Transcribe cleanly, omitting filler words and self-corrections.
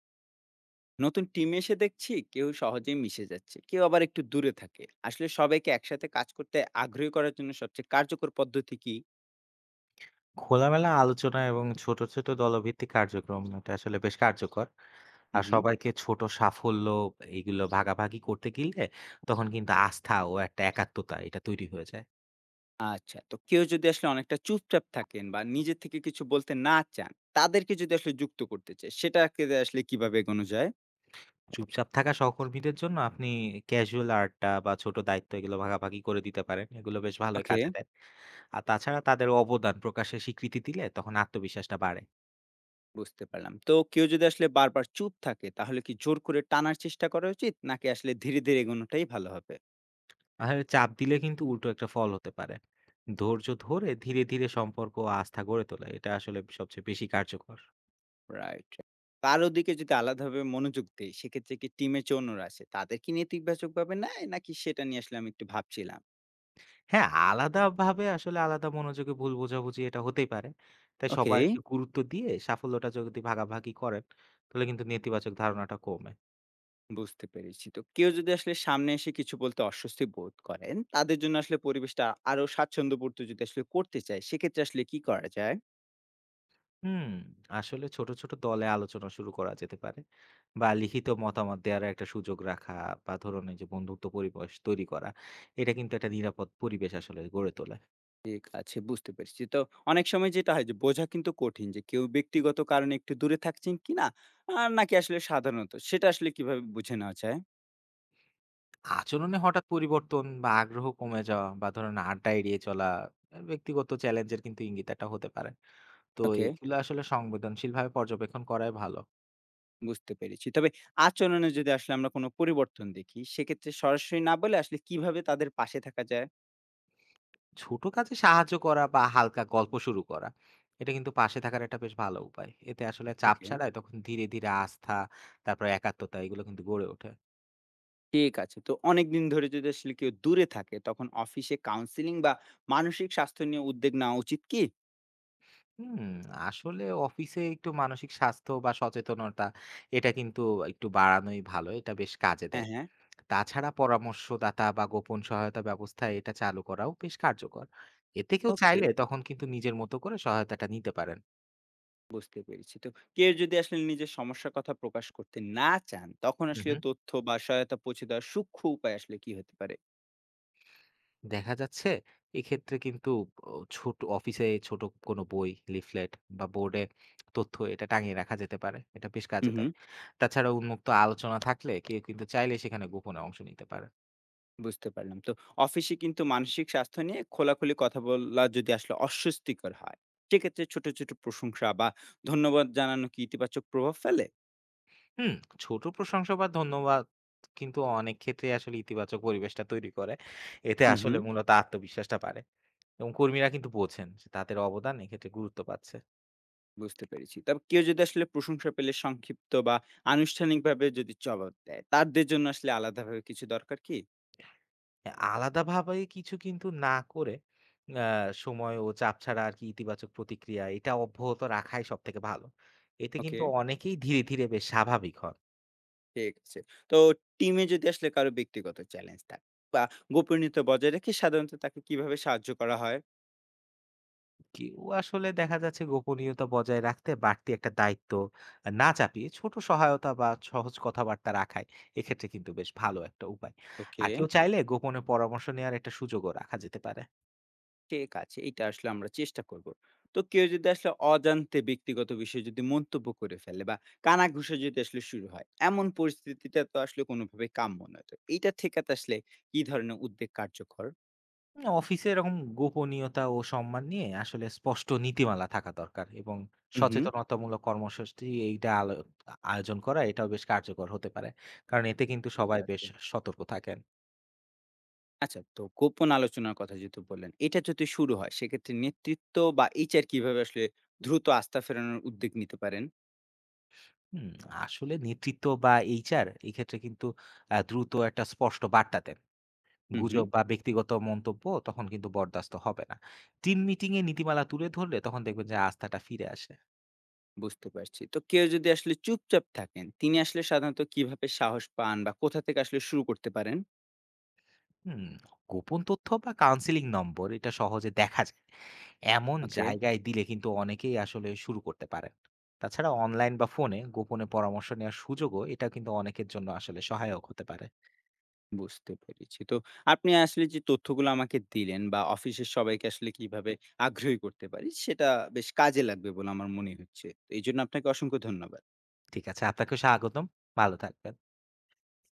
নতুন টিমে এসে দেখছি কেউ সহজেই মিশে যাচ্ছে, কেউ আবার একটু দূরে থাকে। আসলে সবাইকে একসাথে কাজ করতে আগ্রহী করার জন্য সবচেয়ে কার্যকর পদ্ধতি কি? খোলামেলা আলোচনা এবং ছোট, ছোট দলভিত্তিক কার্যক্রম এটা আসলে বেশ কার্যকর। হুম আর হুম সবাইকে ছোট সাফল্য এগুলো ভাগাভাগি করতে গিলে তখন কিন্তু আস্থা ও একটা একাত্মতা এটা তৈরি হয়ে যায়। আচ্ছা, তো কেউ যদি আসলে অনেকটা চুপচাপ থাকেন বা নিজে থেকে কিছু বলতে না চান, তাদেরকে যদি আসলে যুক্ত করতে চায়, সেটাকে আসলে কিভাবে এগোনো যায়? চুপচাপ থাকা সহকর্মীদের জন্য আপনি ক্যাজুয়াল আড্ডা বা ছোট দায়িত্ব এগুলো ভাগাভাগি করে দিতে পারেন। এগুলো বেশ ভালোই ওকে, কাজে দেয়। আর তাছাড়া তাদের অবদান প্রকাশের স্বীকৃতি দিলে তখন আত্মবিশ্বাসটা বাড়ে। বুঝতে পারলাম। তো কেউ যদি আসলে বারবার চুপ থাকে, তাহলে কি জোর করে টানার চেষ্টা করা উচিত, নাকি আসলে ধীরে ধীরে এগোনোটাই ভালো হবে? আর চাপ দিলে কিন্তু উল্টো একটা ফল হতে পারে। ধৈর্য ধরে ধীরে, ধীরে সম্পর্ক ও আস্থা গড়ে তোলা এটা আসলে সবচেয়ে বেশি কার্যকর। রাইট। কারো দিকে যদি আলাদাভাবে মনোযোগ দেই, সেক্ষেত্রে কি টিমের যে অন্যরা আছে, তাদের কি নেতিবাচকভাবে নেয়? নাকি সেটা নিয়ে আসলে আমি একটু ভাবছিলাম। হ্যাঁ, আলাদাভাবে আসলে আলাদা মনোযোগে ভুল বোঝাবুঝি এটা হতেই পারে। তাই ওকে, সবাইকে গুরুত্ব দিয়ে সাফল্যটা যদি ভাগাভাগি করেন, তাহলে কিন্তু নেতিবাচক ধারণাটা কমে। বুঝতে পেরেছি। তো কেউ যদি আসলে সামনে এসে কিছু বলতে অস্বস্তি বোধ করেন, তাদের জন্য আসলে পরিবেশটা আরো স্বাচ্ছন্দ্যপূর্ত যদি আসলে করতে চাই, সেক্ষেত্রে আসলে কি করা যায়? হুম, আসলে ছোট, ছোট দলে আলোচনা শুরু করা যেতে পারে বা লিখিত মতামত দেওয়ার একটা সুযোগ রাখা বা ধরুন এই যে বন্ধুত্ব পরিবেশ তৈরি করা, এটা কিন্তু একটা নিরাপদ পরিবেশ আসলে গড়ে তোলে। ঠিক আছে, বুঝতে পেরেছি। তো অনেক সময় যেটা হয় যে, বোঝা কিন্তু কঠিন যে কেউ ব্যক্তিগত কারণে একটু দূরে থাকছেন কিনা, আ নাকি আসলে সাধারণত, সেটা আসলে কিভাবে বুঝে নেওয়া যায়? আচরণে হঠাৎ পরিবর্তন বা আগ্রহ কমে যাওয়া বা ধরুন আড্ডা এড়িয়ে চলা, ব্যক্তিগত চ্যালেঞ্জের কিন্তু ইঙ্গিত একটা হতে পারে। তো ওকে, এগুলো আসলে সংবেদনশীলভাবে পর্যবেক্ষণ করাই ভালো। বুঝতে পেরেছি। তবে আচরণে যদি আসলে আমরা কোনো পরিবর্তন দেখি, সেক্ষেত্রে সরাসরি না বলে আসলে কিভাবে তাদের পাশে থাকা যায়? ছোট কাজে সাহায্য করা বা হালকা গল্প শুরু করা। এটা কিন্তু পাশে থাকার একটা বেশ ভালো উপায়। এতে আসলে চাপ ওকে, ছাড়াই তখন ধীরে, ধীরে আস্থা, তারপরে একাত্মতা এগুলো কিন্তু গড়ে ওঠে। ঠিক আছে। তো অনেকদিন ধরে যদি আসলে কেউ দূরে থাকে, তখন অফিসে কাউন্সেলিং বা মানসিক স্বাস্থ্য নিয়ে উদ্যোগ নেওয়া উচিত কি? হুম, আসলে অফিসে একটু মানসিক স্বাস্থ্য বা সচেতনতা এটা কিন্তু একটু বাড়ানোই ভালো। এটা বেশ কাজে দেয়। হ্যাঁ, হ্যাঁ। তাছাড়া পরামর্শদাতা বা গোপন সহায়তা ব্যবস্থা এটা চালু করাও বেশ কার্যকর। এতে কেউ ওকে, চাইলে তখন কিন্তু নিজের মতো করে সহায়তাটা নিতে পারেন। বুঝতে পেরেছি। তো কেউ যদি আসলে নিজের সমস্যার কথা প্রকাশ করতে না চান, তখন হু, আসলে হু। তথ্য বা সহায়তা পৌঁছে দেওয়ার সূক্ষ্ম উপায় আসলে কি হতে পারে? দেখা যাচ্ছে এক্ষেত্রে কিন্তু ও ছোট অফিসে ছোট কোনো বই, লিফলেট বা বোর্ডে তথ্য এটা টাঙিয়ে রাখা যেতে পারে। এটা বেশ কাজে হুম, হুম। দেয়। তাছাড়া উন্মুক্ত আলোচনা থাকলে কেউ কিন্তু চাইলে সেখানে গোপনে অংশ নিতে পারে। বুঝতে পারলাম। তো অফিসে কিন্তু মানসিক স্বাস্থ্য নিয়ে খোলাখুলি কথা বলা যদি আসলে অস্বস্তিকর হয়, সেক্ষেত্রে ছোট, ছোট প্রশংসা বা ধন্যবাদ জানানো কি ইতিবাচক প্রভাব ফেলে? হুম, ছোট প্রশংসা বা ধন্যবাদ কিন্তু অনেক ক্ষেত্রেই আসলে ইতিবাচক পরিবেশটা তৈরি করে। এতে হুম, আসলে হুম। মূলত আত্মবিশ্বাসটা বাড়ে এবং কর্মীরা কিন্তু বোঝেন যে তাদের অবদান এক্ষেত্রে গুরুত্ব পাচ্ছে। বুঝতে পেরেছি। তবে কেউ যদি আসলে প্রশংসা পেলে সংক্ষিপ্ত বা আনুষ্ঠানিকভাবে যদি জবাব দেয়, তাদের জন্য আসলে আলাদাভাবে কিছু দরকার কি? আলাদাভাবে কিছু কিন্তু না করে আ সময় ও চাপ ছাড়া আরকি ইতিবাচক প্রতিক্রিয়া এটা অব্যাহত রাখাই সবথেকে ভালো। এতে ওকে, কিন্তু অনেকেই ধীরে, ধীরে বেশ স্বাভাবিক হন। ঠিক আছে। তো টিমে যদি আসলে কারো ব্যক্তিগত চ্যালেঞ্জ থাকে বা গোপনীয়তা বজায় রেখে সাধারণত তাকে কিভাবে সাহায্য করা হয়? কেউ আসলে দেখা যাচ্ছে গোপনীয়তা বজায় রাখতে বাড়তি একটা দায়িত্ব না চাপিয়ে ছোট সহায়তা বা সহজ কথাবার্তা রাখাই এক্ষেত্রে কিন্তু বেশ ভালো একটা উপায়। ওকে, আর কেউ চাইলে গোপনে পরামর্শ নেওয়ার একটা সুযোগও রাখা যেতে পারে। ঠিক আছে। এইটা আসলে আমরা চেষ্টা করব। তো কেউ যদি আসলে অজান্তে ব্যক্তিগত বিষয়ে যদি মন্তব্য করে ফেলে বা কানাঘুষা যদি আসলে শুরু হয়, এমন পরিস্থিতিটা তো আসলে কোনোভাবেই কাম্য নয়। তো এইটা ঠেকাতে আসলে কি ধরনের উদ্যোগ কার্যকর? না, অফিসে এরকম গোপনীয়তা ও সম্মান নিয়ে আসলে স্পষ্ট নীতিমালা থাকা দরকার এবং হুম, হুম। সচেতনতামূলক কর্মসূচি এইটা আয়োজন করা এটাও বেশ কার্যকর হতে পারে, কারণ এতে কিন্তু ঠিক সবাই বেশ আছে। সতর্ক থাকেন। আচ্ছা, তো গোপন আলোচনার কথা যেহেতু বললেন, এটা যদি শুরু হয় সেক্ষেত্রে নেতৃত্ব বা HR কিভাবে আসলে দ্রুত আস্থা ফেরানোর উদ্যোগ নিতে পারেন? হুম আসলে নেতৃত্ব বা এইচআর এই ক্ষেত্রে কিন্তু দ্রুত একটা স্পষ্ট বার্তা দেন, হুম, হুম। গুজব বা ব্যক্তিগত মন্তব্য তখন কিন্তু বরদাস্ত হবে না। টিম মিটিং এ নীতিমালা তুলে ধরলে তখন দেখবেন যে আস্থাটা ফিরে আসে। বুঝতে পারছি। তো কেউ যদি আসলে চুপচাপ থাকেন, তিনি আসলে সাধারণত কিভাবে সাহস পান বা কোথা থেকে আসলে শুরু করতে পারেন? হুম গোপন তথ্য বা কাউন্সিলিং নম্বর এটা সহজে দেখা যায় এমন ওকে, জায়গায় দিলে কিন্তু অনেকেই আসলে শুরু করতে পারেন। তাছাড়া অনলাইন বা ফোনে গোপনে পরামর্শ নেওয়ার সুযোগও এটা কিন্তু অনেকের জন্য আসলে সহায়ক হতে পারে। বুঝতে পেরেছি। তো আপনি আসলে যে তথ্যগুলো আমাকে দিলেন বা অফিসের সবাইকে আসলে কিভাবে আগ্রহী করতে পারি, সেটা বেশ কাজে লাগবে বলে আমার মনে হচ্ছে। তো এইজন্য আপনাকে অসংখ্য ধন্যবাদ। ঠিক আছে, আপনাকেও স্বাগতম। ভালো থাকবেন।